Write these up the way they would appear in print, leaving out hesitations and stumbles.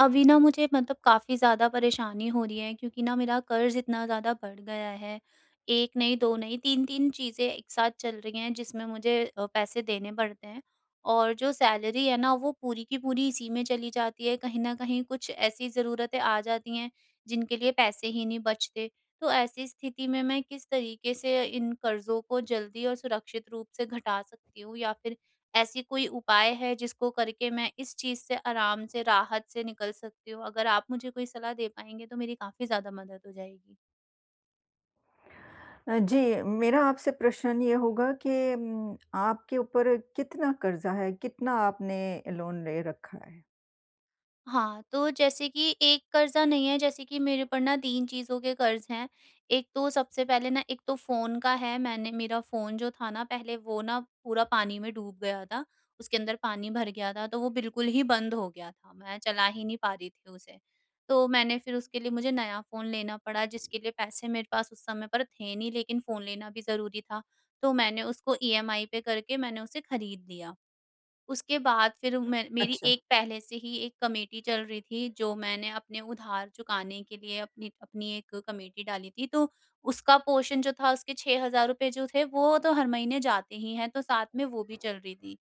अभी ना मुझे मतलब काफ़ी ज़्यादा परेशानी हो रही है क्योंकि ना मेरा कर्ज़ इतना ज़्यादा बढ़ गया है। 1 नहीं, 2 नहीं, 3-3 चीज़ें एक साथ चल रही हैं जिसमें मुझे पैसे देने पड़ते हैं। और जो सैलरी है ना वो पूरी की पूरी इसी में चली जाती है। कहीं न कहीं कुछ ऐसी ज़रूरतें आ जाती हैं जिनके लिए पैसे ही नहीं बचते। तो ऐसी स्थिति में मैं किस तरीके से इन कर्ज़ों को जल्दी और सुरक्षित रूप से घटा सकती हूँ या फिर ऐसी कोई उपाय है जिसको करके मैं इस चीज़ से आराम से, राहत से निकल सकती हूँ? अगर आप मुझे कोई सलाह दे पाएँगे तो मेरी काफ़ी ज़्यादा मदद हो जाएगी। जी, मेरा आपसे प्रश्न ये होगा कि आपके ऊपर कितना कर्ज़ा है? कितना आपने लोन ले रखा है? हाँ, तो जैसे कि एक कर्ज़ा नहीं है, जैसे कि मेरे ऊपर ना 3 चीज़ों के कर्ज़ हैं। एक तो सबसे पहले ना एक तो फ़ोन का है, मैंने मेरा फ़ोन जो था ना पहले वो ना पूरा पानी में डूब गया था, उसके अंदर पानी भर गया था, तो वो बिल्कुल ही बंद हो गया था, मैं चला ही नहीं पा रही थी उसे। तो मैंने फिर उसके लिए मुझे नया फ़ोन लेना पड़ा जिसके लिए पैसे मेरे पास उस समय पर थे नहीं, लेकिन फ़ोन लेना भी ज़रूरी था। तो मैंने उसको ईएमआई पे करके मैंने उसे खरीद लिया। उसके बाद फिर मैं मेरी अच्छा। एक पहले से ही एक कमेटी चल रही थी जो मैंने अपने उधार चुकाने के लिए अपनी अपनी एक कमेटी डाली थी, तो उसका पोर्शन जो था उसके 6000 रुपए जो थे वो तो हर महीने जाते ही हैं, तो साथ में वो भी चल रही थी।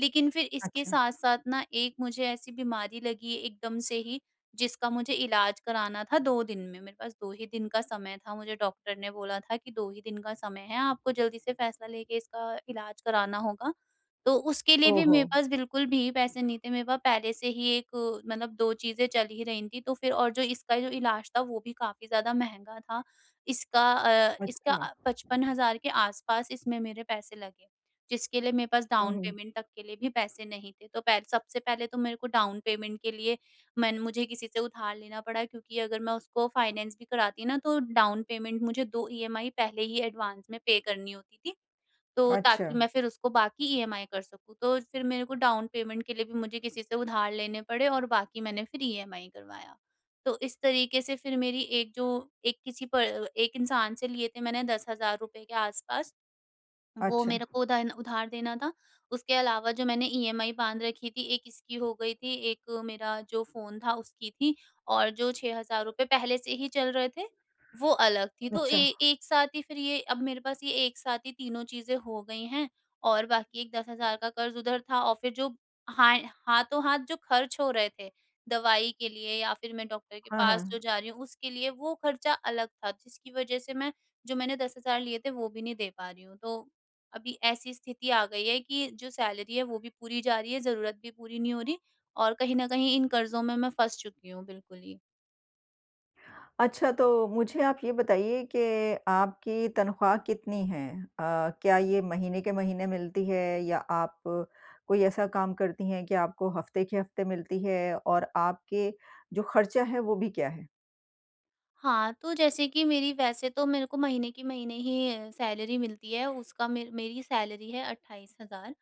लेकिन फिर इसके अच्छा। साथ-साथ ना एक मुझे ऐसी बीमारी लगी एकदम से ही, जिसका मुझे इलाज कराना था 2 दिन में। मेरे पास 2 ही दिन का समय था, मुझे डॉक्टर ने बोला था कि 2 ही दिन का समय है, आपको जल्दी से फैसला लेके इसका इलाज कराना होगा। तो उसके लिए भी ओहो! मेरे पास बिल्कुल भी पैसे नहीं थे। मेरे पास पहले से ही एक मतलब 2 चीज़ें चल ही रही थी। तो फिर और जो इसका जो इलाज था वो भी काफ़ी ज़्यादा महँगा था। इसका अ, अच्छा। इसका 55,000 के आस-पास इसमें मेरे पैसे लगे, जिसके लिए मेरे पास हुँ, डाउन हुँ। पेमेंट तक के लिए भी पैसे नहीं थे। तो पह सबसे पहले तो मेरे को डाउन पेमेंट के लिए मैंने मुझे किसी से उधार लेना पड़ा, क्योंकि अगर मैं उसको फाइनेंस भी कराती ना तो डाउन पेमेंट मुझे 2 ईएमआई पहले ही एडवांस में पे करनी होती थी। तो अच्छा। ताकि मैं फिर उसको बाकी ईएमआई कर सकूँ। तो फिर मेरे को डाउन पेमेंट के लिए भी मुझे किसी से उधार लेने पड़े और बाकी मैंने फिर ईएमआई करवाया। तो इस तरीके से फिर मेरी एक जो एक किसी पर एक इंसान से लिए थे मैंने 10,000 रुपए के आस-पास, वो अच्छा। मेरे को उधान उधार देना था। उसके अलावा जो मैंने ईएमआई बाँध रखी थी, एक इसकी हो गई थी, एक मेरा जो फ़ोन था उसकी थी, और जो 6,000 रुपए पहले से ही चल रहे थे, वो अलग थी। तो ए अच्छा। एक साथ ही फिर ये अब मेरे पास ये एक साथ ही तीनों चीज़ें हो गई हैं, और बाकी एक 10,000 का कर्ज़ उधर था और फिर जो हाँ, हाथों-हाथ जो खर्च हो रहे थे, दवाई के लिए या फिर मैं डॉक्टर के हाँ, पास जो हाँ। जा रही हूँ उसके लिए, वो खर्चा अलग था, जिसकी वज़ह से मैं जो मैंने 10,000 लिए थे वो भी नहीं दे पा रही हूँ। तो अभी ऐसी स्थिति आ गई है कि जो सैलरी है वो भी पूरी जा रही है, ज़रूरत भी पूरी नहीं हो रही, और कहीं न कहीं इन कर्ज़ों में मैं फँस चुकी हूँ बिल्कुल ही। अच्छा, तो मुझे आप ये बताइए कि आपकी तनख्वाह कितनी है? क्या ये महीने के महीने मिलती है या आप कोई ऐसा काम करती हैं कि आपको हफ़्ते के हफ़्ते मिलती है? और आपके जो खर्चा है वो भी क्या है? हाँ, तो जैसे कि मेरी वैसे तो मेरे को महीने की महीने ही सैलरी मिलती है, उसका मेर मेरी सैलरी है 28,000,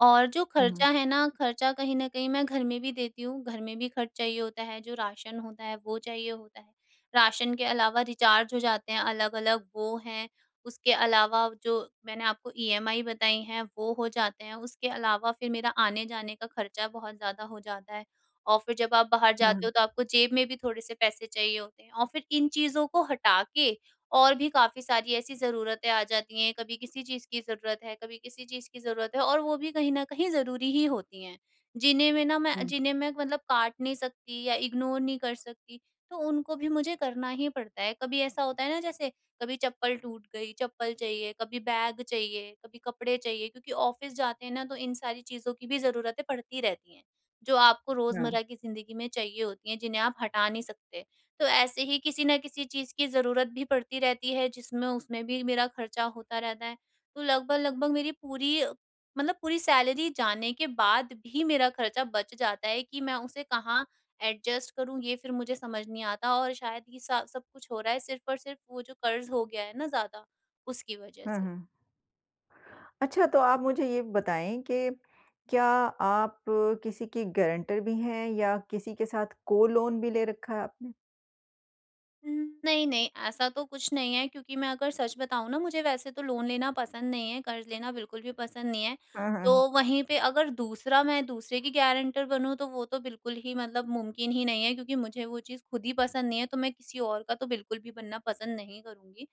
और जो हुँ, हुँ। खर्चा है ना, खर्चा कहीं न कहीं मैं घर में भी देती हूँ, घर में भी खर्च चाहिए होता है, जो राशन होता है वो चाहिए होता है। राशन के अलावा रिचार्ज हो जाते हैं अलग-अलग वो हैं, उसके अलावा जो मैंने आपको ईएमआई बताई हैं वो हो जाते हैं, उसके अलावा फिर मेरा आने-जाने का खर्चा बहुत ज़्यादा हो जाता है। और फिर जब आप बाहर हाँ, जाते हाँ। हो तो आपको जेब में भी थोड़े से पैसे चाहिए होते हैं, और फिर इन चीज़ों को हटा के और भी काफ़ी सारी ऐसी ज़रूरतें आ जाती हैं, कभी किसी चीज़ की ज़रूरत है, कभी किसी चीज़ की ज़रूरत है, और वो भी कहीं न कहीं ज़रूरी ही होती हैं। हुँ। जिन्हें मैं मतलब काट नहीं सकती या इग्नोर नहीं कर सकती, तो उनको भी मुझे करना ही पड़ता है। कभी ऐसा होता है ना, जैसे कभी चप्पल टूट गई, चप्पल चाहिए, कभी बैग चाहिए, कभी कपड़े चाहिए, क्योंकि ऑफ़िस जाते हैं ना, तो इन सारी चीज़ों की भी ज़रूरतें पड़ती रहती हैं। जो आपको हाँ, रोज़मर्रा की ज़िंदगी में चाहिए होती हैं, जिन्हें आप हटा नहीं सकते। तो ऐसे ही किसी न किसी चीज़ की ज़रूरत भी पड़ती रहती है, जिसमें उसमें भी मेरा खर्चा होता रहता है। तो लगभग-लगभग मेरी पूरी मतलब पूरी सैलरी जाने के बाद भी मेरा खर्चा बच जाता है कि मैं उसे कहाँ एडजस्ट करूँ, ये फिर मुझे समझ नहीं आता। और शायद ये सा सब कुछ हो रहा है सिर्फ़ और सिर्फ़ वो जो कर्ज़ हो गया है ना ज़्यादा, उसकी वज़ह हाँ, से। हाँ। अच्छा, तो आप मुझे ये बताएँ कि क्या आप किसी की गारंटर भी हैं या किसी के साथ को-लोन भी ले रखा है आपने? नहीं, नहीं, ऐसा तो कुछ नहीं है, क्योंकि मैं अगर सच बताऊँ ना मुझे वैसे तो लोन लेना पसंद नहीं है, कर्ज़ लेना बिल्कुल भी पसंद नहीं है। हाँ, तो हाँ। वहीं पे अगर दूसरा मैं दूसरे की गारंटर बनूँ तो वो तो बिल्कुल ही मतलब मुमकिन ही नहीं है, क्योंकि मुझे वो चीज़ खुद ही पसंद नहीं है, तो मैं किसी और का तो बिल्कुल भी बनना पसंद नहीं करूँगी।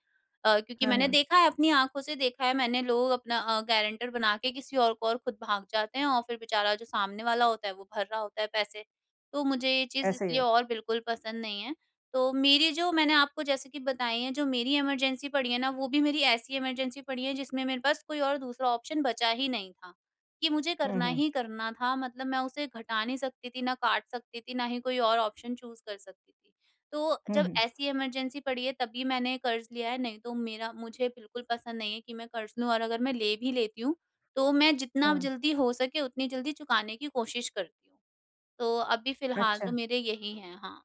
क्योंकि हाँ, मैंने हाँ। देखा है, अपनी आँखों से देखा है मैंने, लोग अपना गारंटर बना के किसी और को, और खुद भाग जाते हैं और फिर बेचारा जो सामने वाला होता है वो भर रहा होता है पैसे। तो मुझे ये चीज़ ऐसा ही इसलिए होता और बिल्कुल पसंद नहीं है। तो मेरी जो मैंने आपको जैसे कि बताई है, जो मेरी इमरजेंसी पड़ी है ना, वो भी मेरी ऐसी इमरजेंसी पड़ी है जिसमें मेरे पास कोई और दूसरा ऑप्शन बचा ही नहीं था, कि मुझे है। हुँ, करना हुँ। ही करना था। मतलब मैं उसे घटा नहीं सकती थी, ना काट सकती थी, ना ही कोई और ऑप्शन चूज़ कर सकती थी। तो हुँ, जब हुँ। ऐसी इमरजेंसी पड़ी है तभी मैंने कर्ज़ लिया है, नहीं तो मेरा मुझे बिल्कुल पसंद नहीं है कि मैं कर्ज़ लूँ, और अगर मैं ले भी लेती हूँ, तो मैं जितना हाँ। जल्दी हो सके उतनी जल्दी चुकाने की कोशिश करती हूँ। तो अभी फ़िलहाल तो अच्छा। मेरे यही हैं। हाँ।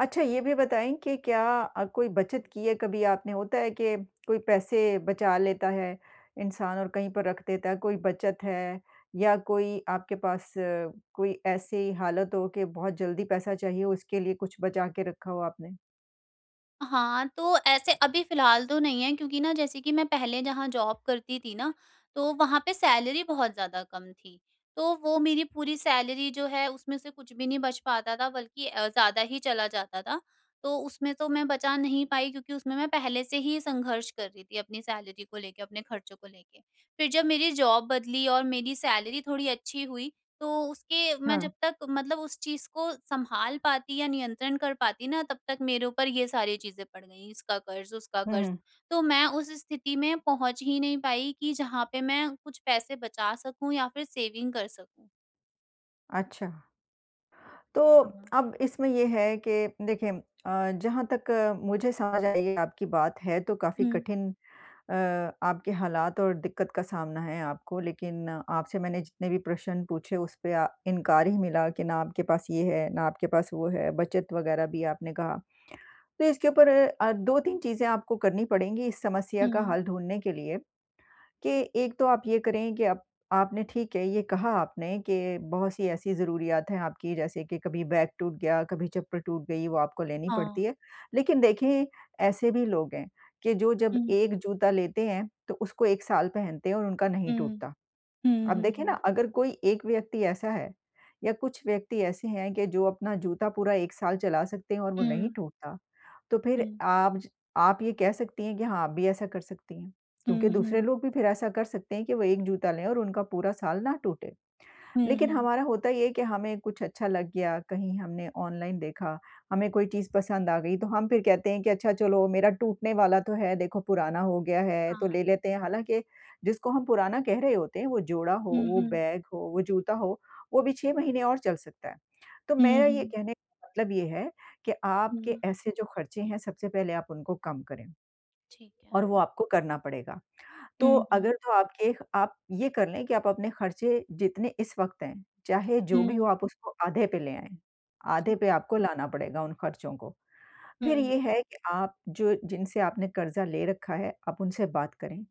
अच्छा, ये भी बताएँ कि क्या कोई बचत की है कभी आपने? होता है कि कोई पैसे बचा लेता है इंसान और कहीं पर रख देता है। कोई बचत है या कोई आपके पास कोई ऐसी हालत हो कि बहुत जल्दी पैसा चाहिए हो, उसके लिए कुछ बचा के रखा हो आपने? हाँ, तो ऐसे अभी फ़िलहाल तो नहीं है, क्योंकि ना जैसे कि मैं पहले जहाँ जॉब करती थी ना, तो वहाँ पे सैलरी बहुत ज़्यादा कम थी। तो वो मेरी पूरी सैलरी जो है उसमें से कुछ भी नहीं बच पाता था, बल्कि ज़्यादा ही चला जाता था। तो उसमें तो मैं बचा नहीं पाई, क्योंकि उसमें मैं पहले से ही संघर्ष कर रही थी अपनी सैलरी को लेके, अपने खर्चों को लेके। फिर जब मेरी जॉब बदली और मेरी सैलरी थोड़ी अच्छी हुई, तो उसके मैं हाँ। जब तक मतलब उस चीज़ को सँभाल पाती या नियंत्रण कर पाती ना, तब तक मेरे ऊपर ये सारी चीज़ें पड़ गईं, इसका कर्ज़, उसका हुँ, कर्ज़। हुँ। तो मैं उस स्थिति में पहुँच ही नहीं पाई कि जहाँ पे मैं कुछ पैसे बचा सकूँ या फिर सेविंग कर सकूँ। अच्छा, तो हाँ। अब इसमें ये है कि देखिए, जहाँ तक मुझे समझ आई है आपकी बात है, तो काफ़ी हुँ, कठिन अ, आपके हालात और दिक्कत का सामना है आपको। लेकिन आपसे मैंने जितने भी प्रश्न पूछे उस पे इनकार ही मिला कि ना आपके पास ये है, ना आपके पास वो है, बचत वग़ैरह भी आपने कहा। तो इसके ऊपर 2-3 चीज़ें आपको करनी पड़ेंगी इस समस्या का हुँ। हल ढूँढने के लिए। कि एक तो आप ये करें कि आप आपने ठीक है, ये कहा आपने कि बहुत सी ऐसी ज़रूरियात हैं आपकी, जैसे कि कभी बैग टूट गया, कभी चप्पल टूट गई, वो आपको लेनी पड़ती हाँ। है। लेकिन देखें, ऐसे भी लोग हैं कि जो जब हुँ, एक जूता लेते हैं, तो उसको 1 साल पहनते हैं और उनका नहीं हुँ, टूटता। हुँ, अब हुँ, देखें ना, हुँ, अगर कोई एक व्यक्ति ऐसा है या कुछ व्यक्ति ऐसे हैं कि जो अपना जूता पूरा 1 साल चला सकते हैं और वो हुँ, नहीं टूटता, तो फिर हुँ, आप ज आप ये कह सकती हैं कि हाँ, आप भी ऐसा कर सकती हैं, क्योंकि हुँ, दूसरे हुँ, लोग भी फिर ऐसा कर सकते हैं कि वो 1 जूता लें और उनका पूरा साल ना टूटे। हुँ, लेकिन हुँ। हमारा होता ये है कि हमें कुछ अच्छा लग गया, कहीं हमने ऑनलाइन देखा, हमें कोई चीज़ पसंद आ गई, तो हम फिर कहते हैं कि अच्छा चलो, मेरा टूटने वाला तो है, देखो पुराना हो गया है, तो हाँ। ले लेते हैं। हालाँकि जिसको हम पुराना कह रहे होते हैं, वो जोड़ा हो, हुँ, वो हुँ, बैग हो, वो जूता हो, वो भी 6 महीने और चल सकता है। तो हुँ, मेरा ये हुँ, कहने का मतलब ये है कि आपके हुँ। ऐसे जो खर्चे हैं, सबसे पहले आप उनको कम करें, ठीक और है। वो आपको करना पड़ेगा। तो हुँ, हुँ, अगर तो आपके आप ये कर लें कि आप अपने खर्चे जितने इस वक़्त हैं, चाहे जो भी हुँ, हो, आप उसको आधे पे ले आएँ। आधे ठीक पे है। आपको लाना पड़ेगा उन खर्चों को। फिर हुँ, ये है कि आप जो जिनसे आपने कर्ज़ा ले रखा है, आप उनसे बात करें।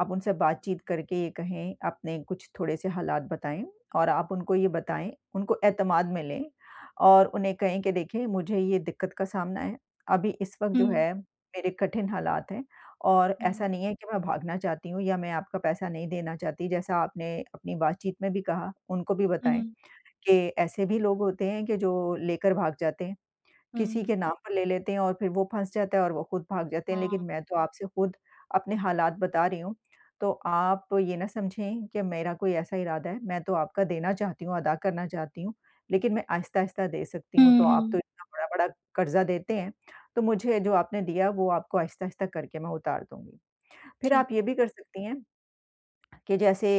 आप उनसे बातचीत करके ये कहें, अपने कुछ थोड़े-से हालात बताएँ और आप उनको ये बताएँ, उनको एतमाद में लें और उन्हें कहें कि देखिए मुझे ये दिक्कत का सामना है। अभी इस वक़्त जो हुँ, है मेरे कठिन हालात हैं और हुँ, ऐसा नहीं है कि मैं भागना चाहती हूँ या मैं आपका पैसा नहीं देना चाहती। जैसा आपने अपनी बातचीत में भी कहा, उनको भी बताएँ हुँ, कि ऐसे भी लोग होते हैं कि जो लेकर भाग जाते हैं। किसी हुँ। के नाम पर ले लेते हैं और फिर वो फँस जाता है और वो खुद भाग जाते हैं। लेकिन हाँ। मैं तो आपसे खुद अपने हालात बता रही हूँ, तो आप ये ना समझें कि मेरा कोई ऐसा इरादा है। मैं तो आपका देना चाहती हूँ, अदा करना चाहती हूँ, लेकिन मैं आहिस्ता-आहिस्ता दे सकती हूँ। तो हुँ, आप तो हुँ। इतना बड़ा-बड़ा कर्ज़ा देते हैं, तो मुझे जो आपने दिया वो आपको आहिस्ता-आहिस्ता करके मैं उतार दूँगी। फिर ठीक आप ये है। भी कर सकती हैं कि जैसे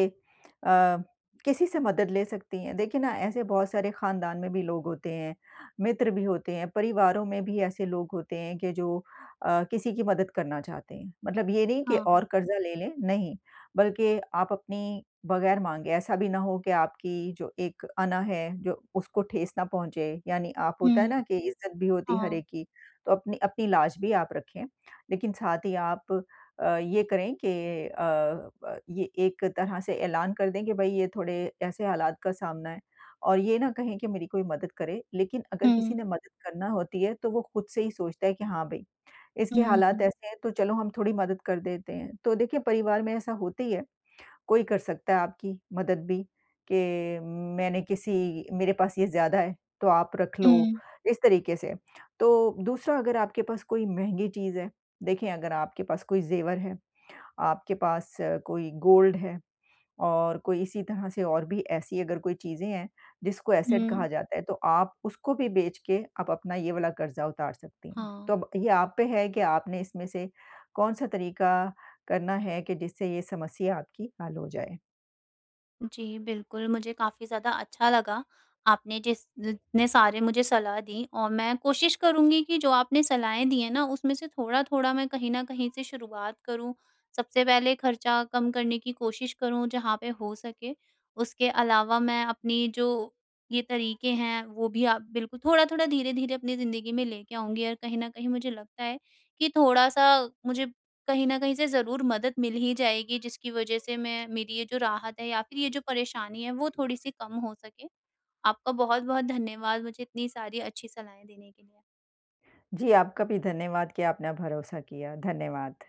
अ, किसी से मदद ले सकती हैं। देखिए ना, ऐसे बहुत सारे ख़ानदान में भी लोग होते हैं, मित्र भी होते हैं, परिवारों में भी ऐसे लोग होते हैं कि जो किसी की मदद करना चाहते हैं। मतलब ये नहीं कि हाँ। और कर्ज़ा ले लें, नहीं, बल्कि आप अपनी बगैर माँगे ऐसा भी ना हो कि आपकी जो एक अना है जो उसको ठेस ना पहुँचे, यानी आप होता है हुँ। ना कि इज़्ज़त भी होती है हर हाँ। एक की, तो अपनी अपनी लाज भी आप रखें। लेकिन साथ ही आप ये करें कि अ ये एक तरह से ऐलान कर दें कि भई ये थोड़े ऐसे हालात का सामना है और ये ना कहें कि मेरी कोई मदद करे, लेकिन अगर किसी हुँ, ने मदद करना होती है तो वो खुद से ही सोचता है कि हाँ भई, इसके हुँ, हालात हुँ, ऐसे हैं तो चलो हम थोड़ी मदद कर देते हैं। तो देखिए परिवार में ऐसा होता ही है, कोई कर सकता है आपकी मदद भी कि मैंने किसी मेरे पास ये ज़्यादा है तो आप रख लो, हुँ, इस तरीके से। तो दूसरा, अगर आपके पास कोई महँगी चीज़ है, देखिए अगर आपके पास कोई ज़ेवर है, आपके पास कोई गोल्ड है और कोई इसी तरह से और भी ऐसी अगर कोई चीज़ें हैं, जिसको हुँ, एसेट हुँ। कहा जाता है, तो आप उसको भी बेच के आप अपना ये वाला कर्ज़ा उतार सकती हैं। तो हाँ। अब ये आप पे है कि आपने इसमें से कौन-सा तरीका करना है कि जिससे ये समस्या आपकी हल हो जाए। जी, बिल्कुल, मुझे काफ़ी ज़्यादा अच्छा लगा, आपने जिस जितने सारे मुझे सलाह दी, और मैं कोशिश करूँगी कि जो आपने सलाहें दी हैं ना, उसमें से थोड़ा-थोड़ा मैं कहीं न कहीं से शुरुआत करूँ। सबसे पहले खर्चा कम करने की कोशिश करूँ जहाँ पे हो सके, उसके अलावा मैं अपनी जो ये तरीके हैं, वो भी आप बिल्कुल थोड़ा-थोड़ा, धीरे-धीरे अपनी ज़िंदगी में लेके आऊँगी, और कहीं न कहीं मुझे लगता है कि थोड़ा-सा मुझे कहीं न कहीं से ज़रूर मदद मिल ही जाएगी, जिसकी वज़ह से मैं मेरी ये जो राहत है या फिर ये जो परेशानी है वो थोड़ी-सी कम हो सके। आपका बहुत-बहुत धन्यवाद मुझे इतनी सारी अच्छी सलाहें देने के लिए। जी, आपका भी धन्यवाद कि आपने भरोसा किया। धन्यवाद।